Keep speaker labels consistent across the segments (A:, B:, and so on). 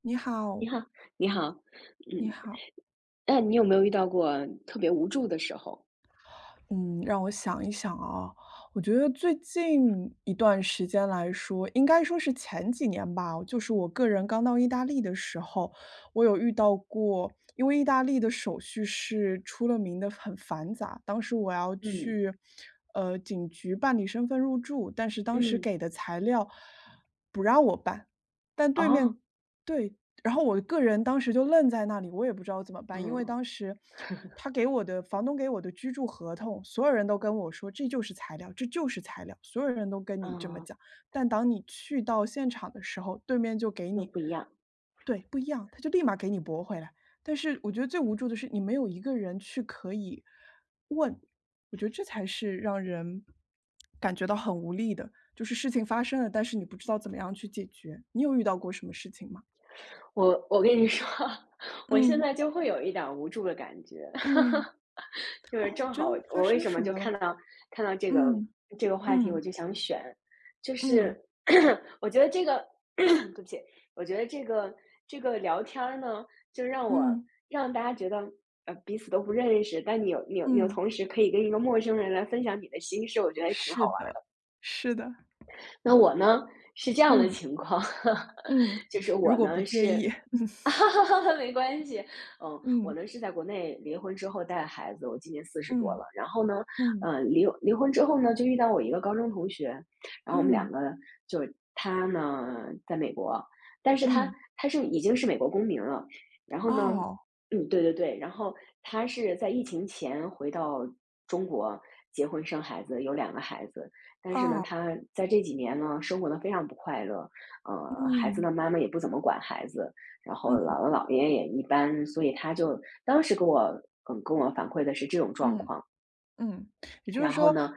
A: 你
B: 你
A: 好，
B: 好，你好，
A: 你
B: 嗯，
A: 好，
B: 那你有没有遇到过特别无助的时候？
A: 嗯，让我想一想啊，我觉得最近一段时间来说，应该说是前几年吧，就是我个人刚到意大利的时候，我有遇到过，因为意大利的手续是出了名的很繁杂，当时我要
B: 嗯。
A: 去，警局办理身份入住，但是当时
B: 嗯，
A: 给的材料不让我办，但对
B: 哦，
A: 面，对，然后我个人当时就愣在那里，我也不知道怎么办，因为
B: 嗯，
A: 当时他给我的房东给我的居住合同，所有人都跟我说这就是材料，这就是材料，所有人都跟你这么
B: 嗯，
A: 讲。但当你去到现场的时候，对面就给
B: 又
A: 你，
B: 不一样。
A: 对，不一样，他就立马给你驳回来。但是我觉得最无助的是，你没有一个人去可以问，我觉得这才是让人感觉到很无力的，就是事情发生了，但是你不知道怎么样去解决。你有遇到过什么事情吗？
B: 我跟你说，我现
A: 嗯。
B: 在就会有一点儿无助的感觉，
A: 嗯，
B: 就是
A: 哦，
B: 正好
A: 真的发
B: 我为
A: 生
B: 什么
A: 什
B: 就
A: 么
B: 看
A: 了？
B: 到看到这个
A: 嗯，
B: 这个话题我
A: 嗯，
B: 就想选，就是
A: 嗯，
B: 我觉得这个 对不起，我觉得这个聊天儿呢，就让我
A: 嗯，
B: 让大家觉得彼此都不认识，但你有
A: 嗯，
B: 同时可以跟一个陌生人来分享你的心事，我觉得挺好
A: 是
B: 玩儿
A: 的，
B: 的。
A: 是的，
B: 那我呢是这样的
A: 嗯，
B: 情况，
A: 嗯，
B: 就是我
A: 如果不
B: 呢
A: 介意，
B: 是 哈哈，没关系，嗯，我
A: 嗯，
B: 呢是在国内离婚之后带孩子，我今年40多
A: 嗯，
B: 了。然后呢，
A: 嗯，
B: 嗯，离婚之后呢，就遇到我一个高中同学，然后我们两
A: 嗯，
B: 个就是他呢在美国，但是他
A: 嗯，
B: 他是已经是美国公民了。然后呢，
A: 哦，
B: 嗯，对对对，然后他是在疫情前回到中国结婚生孩子，有两个孩子。但是呢，
A: 哦，
B: 他在这几年呢，生活的非常不快乐，孩子的
A: 嗯，
B: 妈妈也不怎么管孩子，然后
A: 嗯，
B: 姥姥姥爷也一般，所以他就当时给我跟我反馈的是这种状
A: 嗯，
B: 况。
A: 嗯，也就是
B: 然后
A: 说，
B: 呢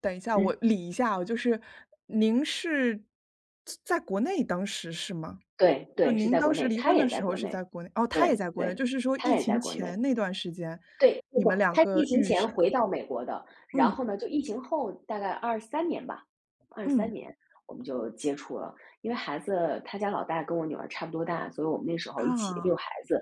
A: 等一下，我
B: 嗯，
A: 理一下哦，就是您是在国内当时是吗？
B: 对
A: 就
B: 对，是
A: 您
B: 在
A: 当
B: 国
A: 时
B: 内，
A: 离
B: 他
A: 婚的
B: 也在
A: 时候
B: 国
A: 是
B: 内，
A: 在国内哦，他也
B: 对
A: 在国内，
B: 对，
A: 就是说
B: 他
A: 疫
B: 也在
A: 情
B: 国
A: 前
B: 内。
A: 那段时间，
B: 对，不
A: 你
B: 不，
A: 们两
B: 他是
A: 个
B: 疫情
A: 遇
B: 前
A: 上
B: 回到美国的，然
A: 嗯，
B: 后呢，就疫情后大概二三年吧二三
A: 嗯，
B: 年我们就接触了。因为孩子他家老大跟我女儿差不多大，所以我们那时候一起遛
A: 啊，
B: 孩子，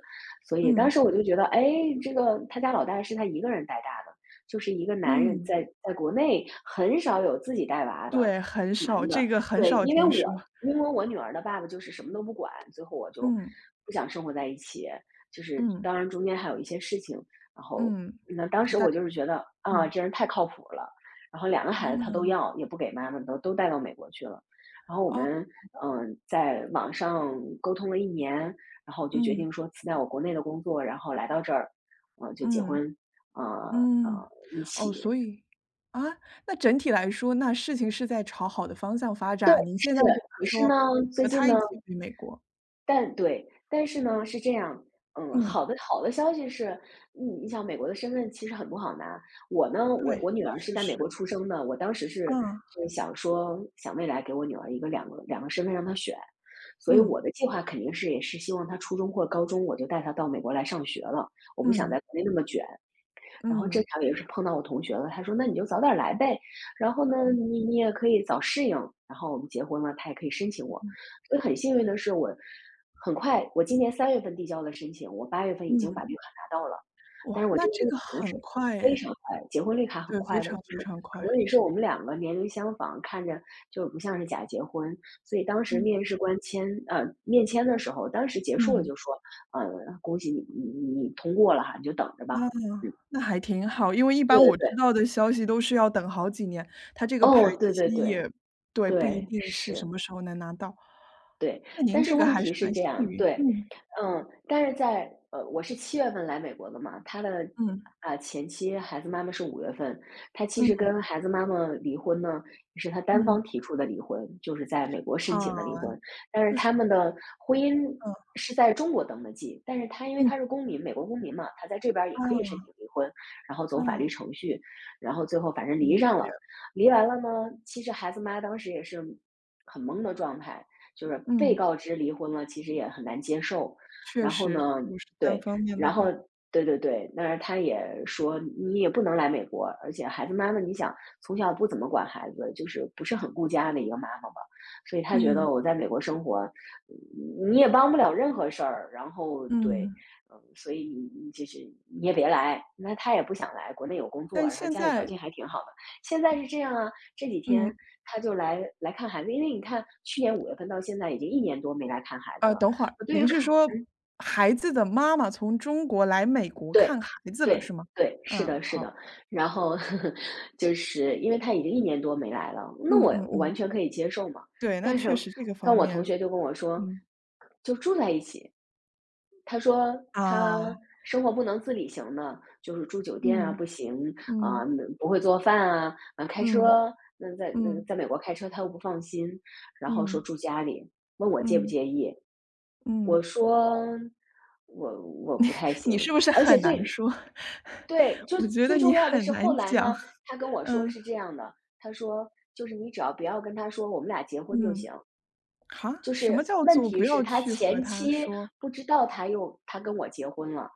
B: 所以当
A: 嗯，
B: 时我就觉得，哎，这个他家老大是他一个人带大的，就是一个男人
A: 嗯，
B: 在国内很少有自己带娃的
A: 对，很
B: 男
A: 少，这
B: 的。
A: 个很
B: 对，
A: 少
B: 因为
A: 听说。
B: 我因为我女儿的爸爸就是什么都不管，最后我就
A: 嗯，
B: 不想生活在一起，就是
A: 嗯，
B: 当然中间还有一些事情。然后
A: 嗯，
B: 那当
A: 就
B: 时
A: 大
B: 我就是觉得，啊，
A: 嗯，
B: 这人太靠谱了，然后两个孩子他都
A: 啊，
B: 要，也不给妈妈，都带到美国去了。然后我
A: 哦
B: 们，在网上沟通了一年，然后我就决
A: 嗯，
B: 定说辞掉我国内的工作，然后来到这儿，就结
A: 嗯，
B: 婚，呃，
A: 嗯，
B: 一
A: 哦，
B: 起
A: 所以啊，那整体来说，那事情是在朝好的方向发
B: 对，
A: 展，您现在
B: 是，
A: 就
B: 可
A: 是
B: 是
A: 说
B: 呢，最
A: 和
B: 近
A: 他
B: 呢
A: 一起回美国。
B: 但对，但是呢，是这样，嗯，
A: 嗯，
B: 好的消息是，你想美国的身份其实很不好拿。我呢，我
A: 对，
B: 我女儿是
A: 确
B: 在美
A: 实，
B: 国出生的，我当时是
A: 啊
B: 是想说，想未来给我女儿一个两个两个身份让她选，所以
A: 嗯，
B: 我的计划肯定是也是希望她初中或高中我就带她到美国来上学了，我不想
A: 嗯。
B: 在国内那么卷。然后正
A: 嗯，
B: 巧也是碰到我同学了，他说：“那你就早点来呗，然后呢，你也可以早适应，然后我们结婚了，他也可以申请我。”
A: 嗯，
B: 所以很幸运的是我很快，我今年3月份递交了申请，我8月份已
A: 嗯，
B: 经把绿卡拿到了。但
A: 哇，
B: 是我
A: 那
B: 这个
A: 这
B: 绿
A: 个
B: 卡呢是
A: 很快
B: 非
A: 哎，
B: 常快，结婚绿卡很
A: 对，非
B: 快的，就
A: 常非
B: 是
A: 常
B: 可
A: 快。
B: 能也是我们两个年龄相仿，看着就不像是假结婚，所以当时
A: 嗯，
B: 面签的时候，当时结束了
A: 嗯，
B: 就说：“呃，恭喜你通过了哈，你就等着吧。”
A: 那
B: 嗯。
A: 那还挺好，因为一
B: 对
A: 般我
B: 对对，
A: 知道的消息都是要等好几年，它这个排
B: 哦，对
A: 期
B: 对对，
A: 也对，不一
B: 对，
A: 定是什
B: 是。
A: 么时候能拿到。
B: 对，
A: 那您
B: 但是
A: 这个
B: 问
A: 还
B: 题
A: 是
B: 是
A: 蛮
B: 这
A: 幸
B: 样，
A: 运，
B: 对，
A: 嗯，
B: 嗯，但是我是7月份来美国的嘛，他的
A: 嗯，
B: 前妻孩子妈妈是五月份，他其
A: 嗯，
B: 实跟孩子妈妈离婚呢，也是他单方
A: 嗯，
B: 提出的离婚，就是在美国申请的离
A: 啊，
B: 婚，但是
A: 就是
B: 他们的婚姻
A: 嗯，
B: 是在中国登的记，但是他因为
A: 嗯，
B: 他是公民，美国公民嘛，他在这边儿也可以申
A: 啊，
B: 请离婚，然后走
A: 啊，
B: 法律程序，然后最后反正离
A: 理
B: 上
A: 解，
B: 了，离完了呢，其实孩子妈当时也是很懵的状态。就是被
A: 嗯，
B: 告知离婚了，其实也很难接受。
A: 确
B: 然后
A: 实，
B: 呢，
A: 如果是单
B: 对，
A: 方面的
B: 然后
A: 话，
B: 对对对，但是他也说你也不能来美国，而且孩子妈妈，你想从小不怎么管孩子，就是不是很顾家的一个妈妈吧？所以他觉
A: 嗯，
B: 得我在美国生活，你也帮不了任何事儿。然后对，
A: 嗯，
B: 嗯，所以你就是你也别来，那他也不想来，国内有工作，
A: 但
B: 然后
A: 现
B: 家里条
A: 在
B: 件还挺好的。现在是这样啊，这几天
A: 嗯。
B: 他就来看孩子，因为你看去年5月份到现在已经一年多没来看孩子了。
A: 等会儿，
B: 我对于
A: 您是
B: 看
A: 说孩子的妈妈从中国来美国
B: 对，
A: 看孩子了，
B: 对，
A: 是吗？
B: 对，是
A: 嗯，
B: 的，是
A: 好，
B: 的。然后 就是因为他已经1年多没来了，那
A: 嗯
B: 我
A: 嗯
B: 我完
A: 嗯，
B: 全可以接受嘛。
A: 对，那
B: 但是
A: 确实这个方
B: 我同
A: 面，
B: 学就跟我说，
A: 嗯，
B: 就住在一起，他说他
A: 啊，
B: 生活不能自理型的，就是住酒店啊
A: 嗯
B: 不行，啊，
A: 嗯
B: 不会做饭啊，啊，开
A: 嗯
B: 车，那在那
A: 嗯
B: 在美国开车他又不放心，然后说
A: 嗯
B: 住家里，问我介不
A: 嗯
B: 介意。我
A: 嗯，
B: 说我我不太行，
A: 你是不是
B: 而且
A: 很难说？
B: 对，就
A: 我觉
B: 最
A: 得
B: 重
A: 你
B: 要的
A: 很
B: 是后
A: 难
B: 来
A: 讲，
B: 呢，他跟我说
A: 嗯
B: 是这样的，他说就是你只要不要跟他说我们俩结婚就行，
A: 嗯，哈，
B: 就
A: 什么
B: 是
A: 叫
B: 问
A: 做
B: 题
A: 不
B: 是
A: 要
B: 他
A: 去和
B: 前
A: 他
B: 妻
A: 说？
B: 不知道他跟我结婚了，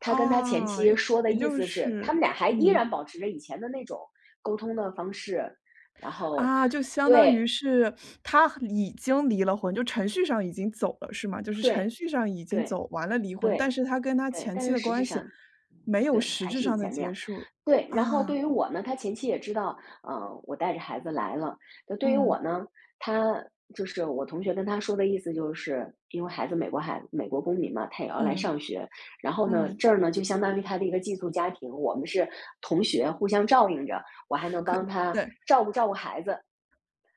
B: 他跟他前
A: 啊，也
B: 妻说的
A: 也
B: 意
A: 就
B: 思是，他
A: 是
B: 们俩还依
A: 嗯。
B: 然保持着以前的那种沟通的方式，然后
A: 啊，就相当于
B: 对
A: 是他已经离了婚，就程序上已经走了，是吗？就是程
B: 对
A: 序上已经
B: 对
A: 走完了离婚，但
B: 对，
A: 是他跟他
B: 对，
A: 前
B: 但
A: 妻
B: 是
A: 的
B: 实质
A: 关系
B: 上
A: 没有
B: 对，
A: 实
B: 还
A: 质
B: 是以
A: 上的
B: 前那样。
A: 结束。
B: 对，然后
A: 啊，
B: 对于我呢，他前期也知道，嗯，我带着孩子来了。那对于我
A: 嗯，
B: 呢，他就是我同学跟他说的意思，就是因为孩子美国公民嘛，他也要来
A: 嗯，
B: 上学。然后呢，
A: 嗯，
B: 这儿呢就相当于他的一个寄宿家庭，我们是同学，互相照应着，我还能
A: 可
B: 帮他
A: 对，
B: 照顾照顾孩子，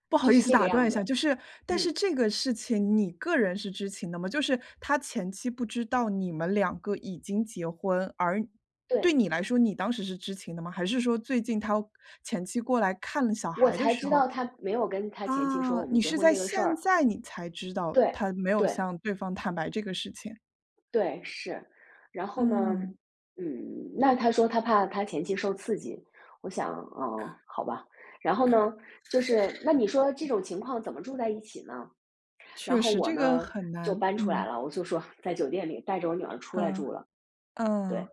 A: 不好
B: 就
A: 意
B: 是
A: 思
B: 这个
A: 打断
B: 样
A: 一
B: 子。
A: 下，就是但
B: 嗯，
A: 是这个事情你个人是知情的吗？就是他前妻不知道你们两个已经结婚，而对
B: 对，
A: 你来说，你当时是知情的吗？还是说最近他前妻过来看小
B: 我
A: 孩的
B: 才
A: 时
B: 知
A: 候
B: 道他没有跟他前妻说
A: 啊，
B: 我们
A: 你
B: 结
A: 是
B: 婚
A: 在
B: 这个事
A: 现
B: 儿。
A: 在你才知道
B: 对，
A: 他没有
B: 对。
A: 向对方坦白这个事情。
B: 对，是。然后呢，
A: 嗯，
B: 嗯，那他说他怕他前期受刺激，我想，哦，好吧。然后
A: 可
B: 呢，就是那你说这种情况怎么住在一起呢？然
A: 确
B: 后
A: 实
B: 我
A: 这个
B: 呢
A: 很
B: 就
A: 难。
B: 搬出来
A: 嗯，
B: 了，我就说在酒店里带着我女儿出来住
A: 嗯，
B: 了。对，
A: 嗯，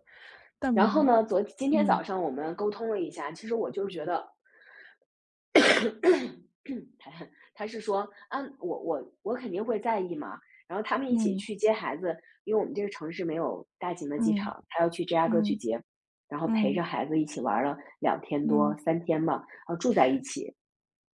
A: 但
B: 然后呢，今天早
A: 嗯，
B: 上我们沟通了一下，其实我就是觉得他他是说，啊，我肯定会在意嘛。然后他们一起
A: 嗯，
B: 去接孩子，因为我们这个城市没有大型的机
A: 嗯，
B: 场，他要去芝加哥去
A: 嗯，
B: 接，然后
A: 嗯，
B: 陪着
A: 嗯。
B: 孩子一起玩了两天多
A: 嗯
B: 三天吧，然后住在一起，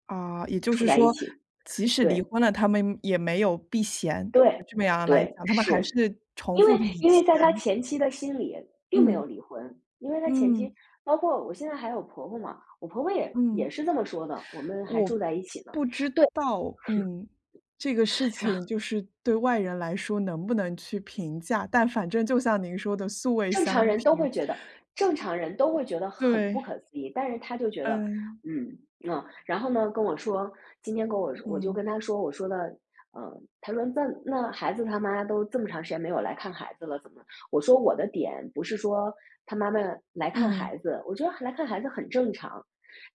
A: 啊，也就
B: 住
A: 是
B: 在一
A: 说，
B: 起，
A: 即使离
B: 对
A: 婚了，他们也没有避嫌，
B: 对
A: 就这么样来
B: 对，
A: 讲，他们还
B: 是
A: 是重
B: 因
A: 复
B: 为
A: 着以前。
B: 在他前妻的心里并没
A: 嗯，
B: 有离婚，因为他前妻
A: 嗯，
B: 包括我现在还有婆婆嘛，我婆婆
A: 嗯。
B: 也是这么说的，我们还住
A: 我
B: 在一起呢，
A: 不知
B: 对，
A: 道，嗯，这个事情就是对外人来说能不能去评价，但反正就像您说的素未
B: 正
A: 相
B: 常人都会
A: 平。
B: 觉得正常人都会觉得很不
A: 对，
B: 可思议，但是他就觉得，
A: 嗯，
B: 嗯，嗯，然后呢，跟我说，今天跟我说我就
A: 嗯，
B: 跟他说，我说的，嗯，他说那孩子他妈都这么长时间没有来看孩子了，怎么？我说我的点不是说他妈妈来看孩
A: 嗯，
B: 子，我觉得来看孩子很正常，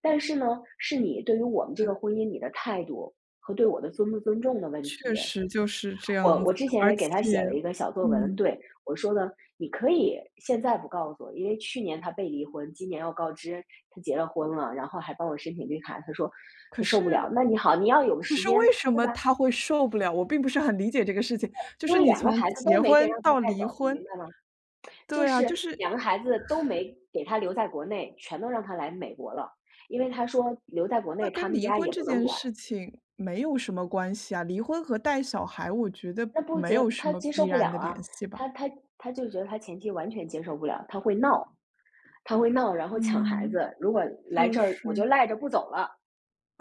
B: 但是呢，是你对于我们这个婚姻你的态度和对我的尊不尊重的问
A: 确
B: 题。
A: 实就是这
B: 我
A: 样
B: 我
A: 子，
B: 之前
A: 而
B: 也给他写
A: 且
B: 了一个小作文，
A: 嗯，
B: 对，我说呢，你可以现在不告诉我，因为去年他被离婚，今年要告知他结了婚了，然后还帮我申请绿卡，他说
A: 可
B: 他受不了。
A: 是
B: 那你好，你要有个
A: 可
B: 时
A: 是
B: 间，
A: 为什
B: 对
A: 么
B: 吧？
A: 他会受不了？我并不是很理解这个事情，就
B: 因
A: 是
B: 为
A: 你
B: 两个
A: 从
B: 孩子都
A: 结
B: 没给
A: 婚
B: 让他
A: 到
B: 带
A: 离
B: 走，你
A: 婚
B: 明白吗？就
A: 对啊，
B: 是
A: 就是
B: 两个孩子都没给他留在国内，全都让他来美国了，因为他说留在国
A: 那
B: 内他
A: 跟
B: 们
A: 离
B: 家
A: 婚
B: 也
A: 这
B: 不能
A: 件
B: 管，
A: 事情没有什么关系啊，离婚和带小孩，我觉得
B: 那不
A: 没
B: 接
A: 有什
B: 他
A: 么
B: 接
A: 必
B: 受不了
A: 然的
B: 啊，
A: 联系吧。
B: 他他他就觉得他前妻完全接受不了，他会闹。他会闹，然后抢孩
A: 嗯。
B: 子。如果来
A: 就
B: 这儿我就
A: 是
B: 赖着不走了，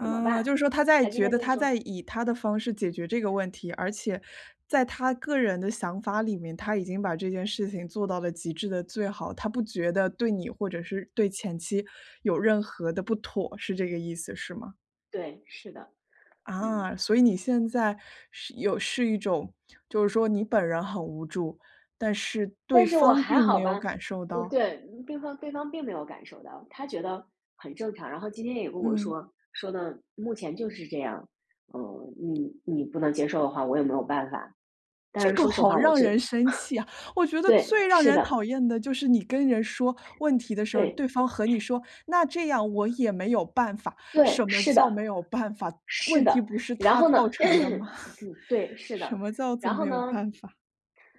B: 怎么办？
A: 就是说他在
B: 他今
A: 觉
B: 天
A: 得
B: 就
A: 他
B: 说
A: 在以他的方式解决这个问题，而且在他个人的想法里面，他已经把这件事情做到了极致的最好，他不觉得对你或者是对前妻有任何的不妥，是这个意思，是吗？
B: 对，是的，嗯，
A: 啊，所以你现在是有是一种，就是说你本人很无助，但是
B: 但
A: 对
B: 是我
A: 方
B: 还
A: 并
B: 好
A: 没有
B: 吧，
A: 感受
B: 我
A: 到。
B: 对，对方并没有感受到，他觉得很正常。然后今天也跟我
A: 嗯。
B: 说，说的目前就是这样，嗯，你不能接受的话，我也没有办法。但
A: 这
B: 是
A: 个
B: 说实
A: 好
B: 话，我
A: 让人
B: 是
A: 生气啊，我觉得
B: 对，
A: 最让
B: 是
A: 人
B: 的，
A: 讨厌的就是你跟人说问题的时候，
B: 对
A: 对方和你说：“那这样我也没有办法。”
B: 对，
A: 什么
B: 是
A: 叫没
B: 的，
A: 有办法？
B: 是
A: 问题
B: 的。
A: 不是
B: 然
A: 他
B: 后
A: 造
B: 呢，
A: 成的吗？
B: 嗯，对，是
A: 什
B: 的。
A: 么叫做
B: 然后
A: 没有
B: 呢，
A: 办法？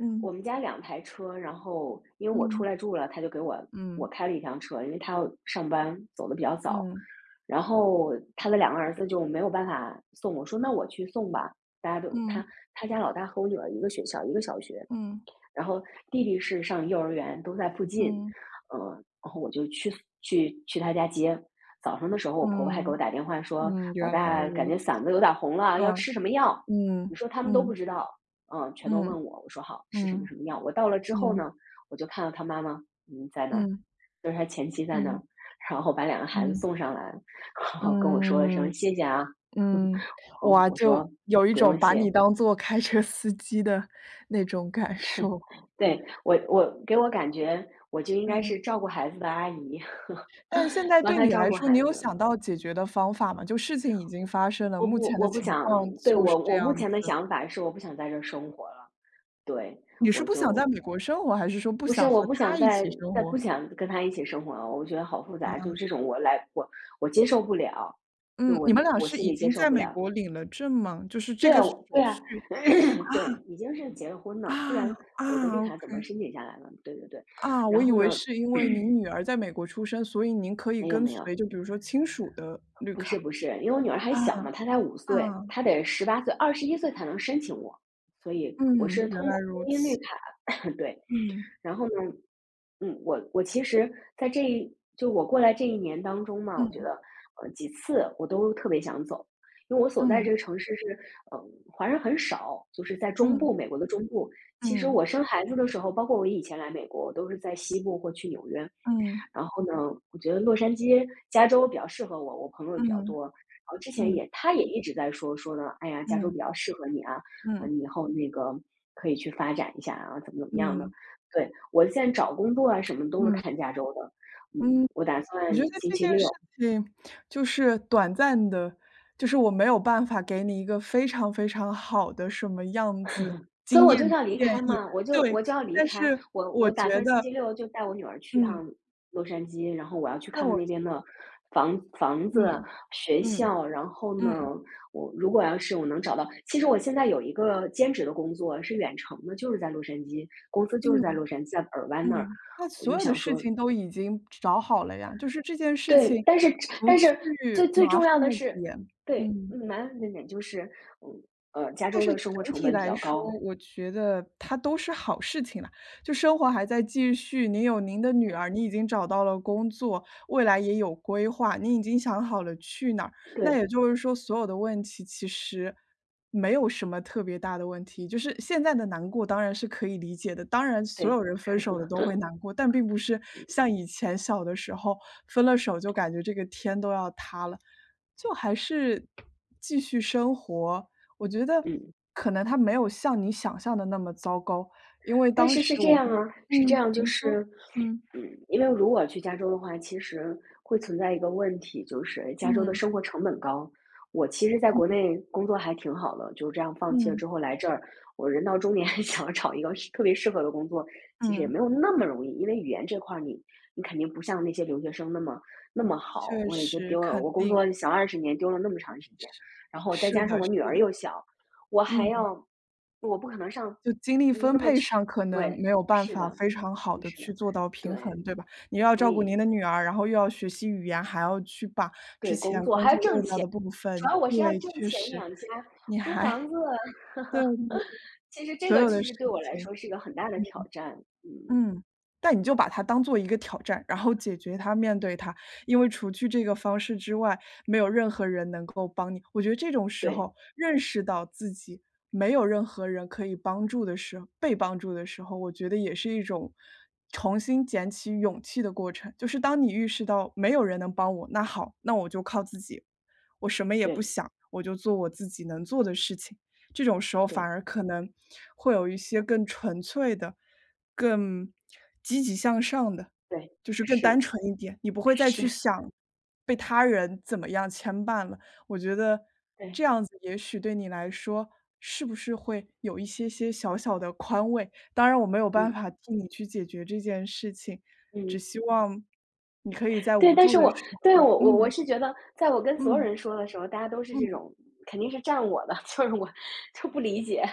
A: 嗯
B: 我们家两台车，然后因为我出
A: 嗯
B: 来住了，他就给我我
A: 嗯
B: 开了一辆车，因为他要上班，走的比较早。
A: 嗯
B: 然后他的两个儿子就没有办法送我，说："那我去送吧。"大家都他
A: 嗯
B: 他家老大和我女儿一个学校，一个小学。
A: 嗯嗯
B: 然后弟弟是上幼儿园，都在附近，
A: 嗯
B: 嗯呃，然后我就去去他家接。早上的时候，我婆婆还给我
A: 嗯。
B: 打电话说：
A: 嗯，
B: “老
A: 原来
B: 大感
A: 如
B: 觉
A: 此。
B: 嗓子有点红了，要
A: 嗯，
B: 吃什么药？"你
A: 嗯，
B: 说他们都不
A: 嗯，
B: 知道，嗯，全都
A: 嗯，
B: 问我。我说好，吃什么什
A: 嗯，
B: 么药。我到了之后
A: 嗯，
B: 呢，我就看到他妈妈，嗯，在那儿，
A: 嗯，
B: 就是他前妻在那
A: 嗯，
B: 儿，然后把两个孩子
A: 嗯，
B: 送上来，然后跟我说了声
A: 嗯，
B: 谢谢啊。
A: 嗯，哇，
B: 我
A: 就
B: 说
A: 有一
B: 不
A: 种
B: 用
A: 把
B: 谢，
A: 你当做开车司机的那种感受。
B: 对，我给我感觉我就应该
A: 嗯，
B: 是照顾孩子的阿姨，
A: 但现 在
B: 帮
A: 对
B: 他
A: 你
B: 照
A: 来
B: 顾
A: 说，你
B: 孩
A: 有
B: 子。
A: 想到解决的方法吗？就事情已经发生了，目前的
B: 我不
A: 情
B: 想
A: 况
B: 对，
A: 就
B: 我
A: 是这
B: 我目
A: 样
B: 前的
A: 子。
B: 想法是我不想在这儿生活了。对，
A: 你是
B: 我
A: 不想在
B: 就
A: 美国生活，还是说不
B: 不是
A: 想
B: 我
A: 和
B: 不想
A: 他一
B: 再
A: 起生
B: 再不
A: 活？
B: 想跟他一起生活了，我觉得好复
A: 啊，
B: 杂，就是这种我来我我接受不了，对，
A: 嗯，
B: 我
A: 你们俩
B: 我
A: 是
B: 心
A: 已
B: 里接
A: 经
B: 受
A: 在
B: 不
A: 美
B: 了。
A: 国领了证吗？就是这
B: 对
A: 个
B: 啊
A: 手
B: 我对啊，
A: 续
B: 对，已经是结了婚了，不然
A: 啊，
B: 我的绿
A: 啊
B: 卡
A: ，OK，
B: 怎么申请下来呢？对对对，
A: 啊，我
B: 然
A: 以
B: 后
A: 为
B: 呢，
A: 是因为您女儿在美国出生，所以您可以
B: 没有
A: 跟
B: 没有，
A: 随就比如说亲属的绿
B: 不是
A: 卡。
B: 不是，因为我女儿还
A: 啊，
B: 小嘛，她才五
A: 啊，
B: 岁，她得18岁、21岁才能申请我。所以我
A: 嗯，
B: 是
A: 原
B: 通过
A: 来
B: 婚
A: 如
B: 姻绿
A: 此，
B: 卡 对，
A: 嗯，
B: 然后呢，嗯，我我其实在这一就我过来这1年当中嘛，我觉
A: 嗯，
B: 得，几次我都特别想走。因为我所在这
A: 嗯，
B: 个城市是，华人很少，就是在中
A: 嗯，
B: 部，美国的中部。其实
A: 嗯，
B: 我生孩子的时候，包括我以前来美国，我都是在西部或去纽约。
A: 嗯，
B: 然后呢，我觉得洛杉矶、加州比较适合我，我朋友也比较
A: 嗯，
B: 多。然后之前
A: 嗯，
B: 也他也一直在说说呢，哎呀，加州
A: 嗯，
B: 比较适合你啊，啊，你
A: 嗯，
B: 以后那个可以去发展一下啊，怎么怎么样的。
A: 嗯，
B: 对，我现在找工作啊，什么都是
A: 嗯，
B: 看加州的。嗯，
A: 嗯，
B: 我打算
A: 我觉得
B: 星
A: 这
B: 期
A: 件
B: 六
A: 事情就是短暂的，就是我没有办法给你一个非常非常好的什么样子
B: 所以
A: 经
B: 我
A: 验
B: 就是
A: 的
B: 要离
A: 建
B: 开
A: 议，
B: 嘛，
A: 对，
B: 我就要离
A: 但
B: 开，
A: 是
B: 我
A: 我
B: 我打
A: 觉
B: 算星
A: 得
B: 期六就带我女儿去
A: 嗯，
B: 趟洛杉矶，然后我要去
A: 那
B: 看看
A: 我
B: 那边的房子、
A: 嗯，
B: 学
A: 嗯，
B: 校，然后呢，
A: 嗯，
B: 如果我能找到，其实我现在有一个兼职的工作是远程的，就是在洛杉矶，公司就是在
A: 嗯，
B: 洛杉矶，在尔湾那儿，
A: 嗯，那
B: 我就
A: 所有的
B: 想
A: 事
B: 说，
A: 情都已经找好了呀，就是这件事
B: 对，
A: 情
B: 但是
A: 除
B: 但
A: 去
B: 是最最
A: 麻
B: 重要
A: 烦
B: 的
A: 的
B: 是，
A: 点，
B: 对，
A: 嗯。
B: 麻烦的点就是，嗯加
A: 但
B: 州
A: 是
B: 的生活
A: 整
B: 成
A: 体
B: 本比
A: 来
B: 较
A: 说，
B: 高，
A: 我觉得它都是好事情啦。就生活还在继续，您有您的女
B: 对
A: 儿，你已经找到了工作，未来也有规划，你已经想好了去哪儿。那
B: 对
A: 也就是说，所有的问题其实没有什么特别大的问题。就是现在的难过当然是可以理解的，当然所
B: 对，
A: 有人分手的都会难过，但并不是像以前小的时候分了手就感觉这个天都要塌了，就还是继续生活。我觉得
B: 嗯。
A: 可能他没有像你想象的那么糟糕，因为
B: 但
A: 当
B: 是是
A: 时
B: 这
A: 我
B: 样
A: 不
B: 啊，是这
A: 嗯，
B: 样，就
A: 您说，
B: 是，
A: 嗯，
B: 嗯，因为如果去加州的话，其实会存在一个问题，就是加州的
A: 嗯，
B: 生活成本高。我其实在国
A: 嗯，
B: 内工作还挺好的，就这样放弃了
A: 嗯，
B: 之后来这儿，我人到中年 想要找一个特别适合的工作，其实也没
A: 嗯，
B: 有那么容易，因为语言这块儿你肯定不像那些留学生那么好。
A: 确
B: 我已经
A: 实，
B: 丢了，
A: 肯
B: 我工
A: 定，
B: 作小20年，丢了那么长时间，然后再
A: 是
B: 加上
A: 的，
B: 我
A: 是
B: 女儿
A: 的，
B: 又小，我还
A: 嗯，
B: 要，我不可能上
A: 就精力分
B: 那么
A: 配
B: 全
A: 上可能
B: 对，
A: 没有办
B: 是
A: 法
B: 的，
A: 非常好
B: 嗯
A: 的
B: 是的，
A: 去做到平衡，
B: 对，
A: 对吧？你又要
B: 所
A: 照顾您
B: 以
A: 的女儿，然后又要学习语言，还要去把之
B: 对，
A: 前
B: 工作
A: 工
B: 还要
A: 作
B: 挣
A: 漏掉
B: 钱，
A: 的部
B: 主
A: 分
B: 要我是要
A: 对，
B: 挣
A: 确
B: 钱
A: 实，
B: 养家，
A: 你
B: 租
A: 还
B: 房 子，
A: 对对对，
B: 其实这
A: 所
B: 个
A: 有的
B: 其
A: 事
B: 实对我来
A: 情。
B: 说是一个很大的
A: 嗯
B: 挑战，嗯，
A: 嗯，但你就把它当做一个挑战，然后解决它、面对它。因为除去这个方式之外，没有任何人能够帮你。我觉得这种时
B: 对，
A: 候，认识到自己没有任何人可以帮助的时候，被帮助的时候，我觉得也是一种重新捡起勇气的过程。就是当你意识到没有人能帮我，那好，那我就靠自己，我什么也不
B: 对，
A: 想，我就做我自己能做的事情。这种时候反
B: 对，
A: 而可能会有一些更纯粹的、更积极向上的，
B: 对，
A: 就是更
B: 是，
A: 单纯一点，你不会再
B: 是，
A: 去想被他人怎么样牵绊了。我觉得
B: 对，
A: 这样子也许对你来说，是不是会有一些些小小的宽慰？当然我没有办
B: 嗯，
A: 法替你去解决这件事情，只
B: 嗯，
A: 希望你可以在
B: 对，
A: 无
B: 但
A: 助
B: 是
A: 的时
B: 我对，
A: 候
B: 我我
A: 嗯，
B: 是觉得，在我跟所有
A: 嗯，
B: 人说的时候，大家都是这
A: 嗯。
B: 种肯定是站我的，就是我就不理解。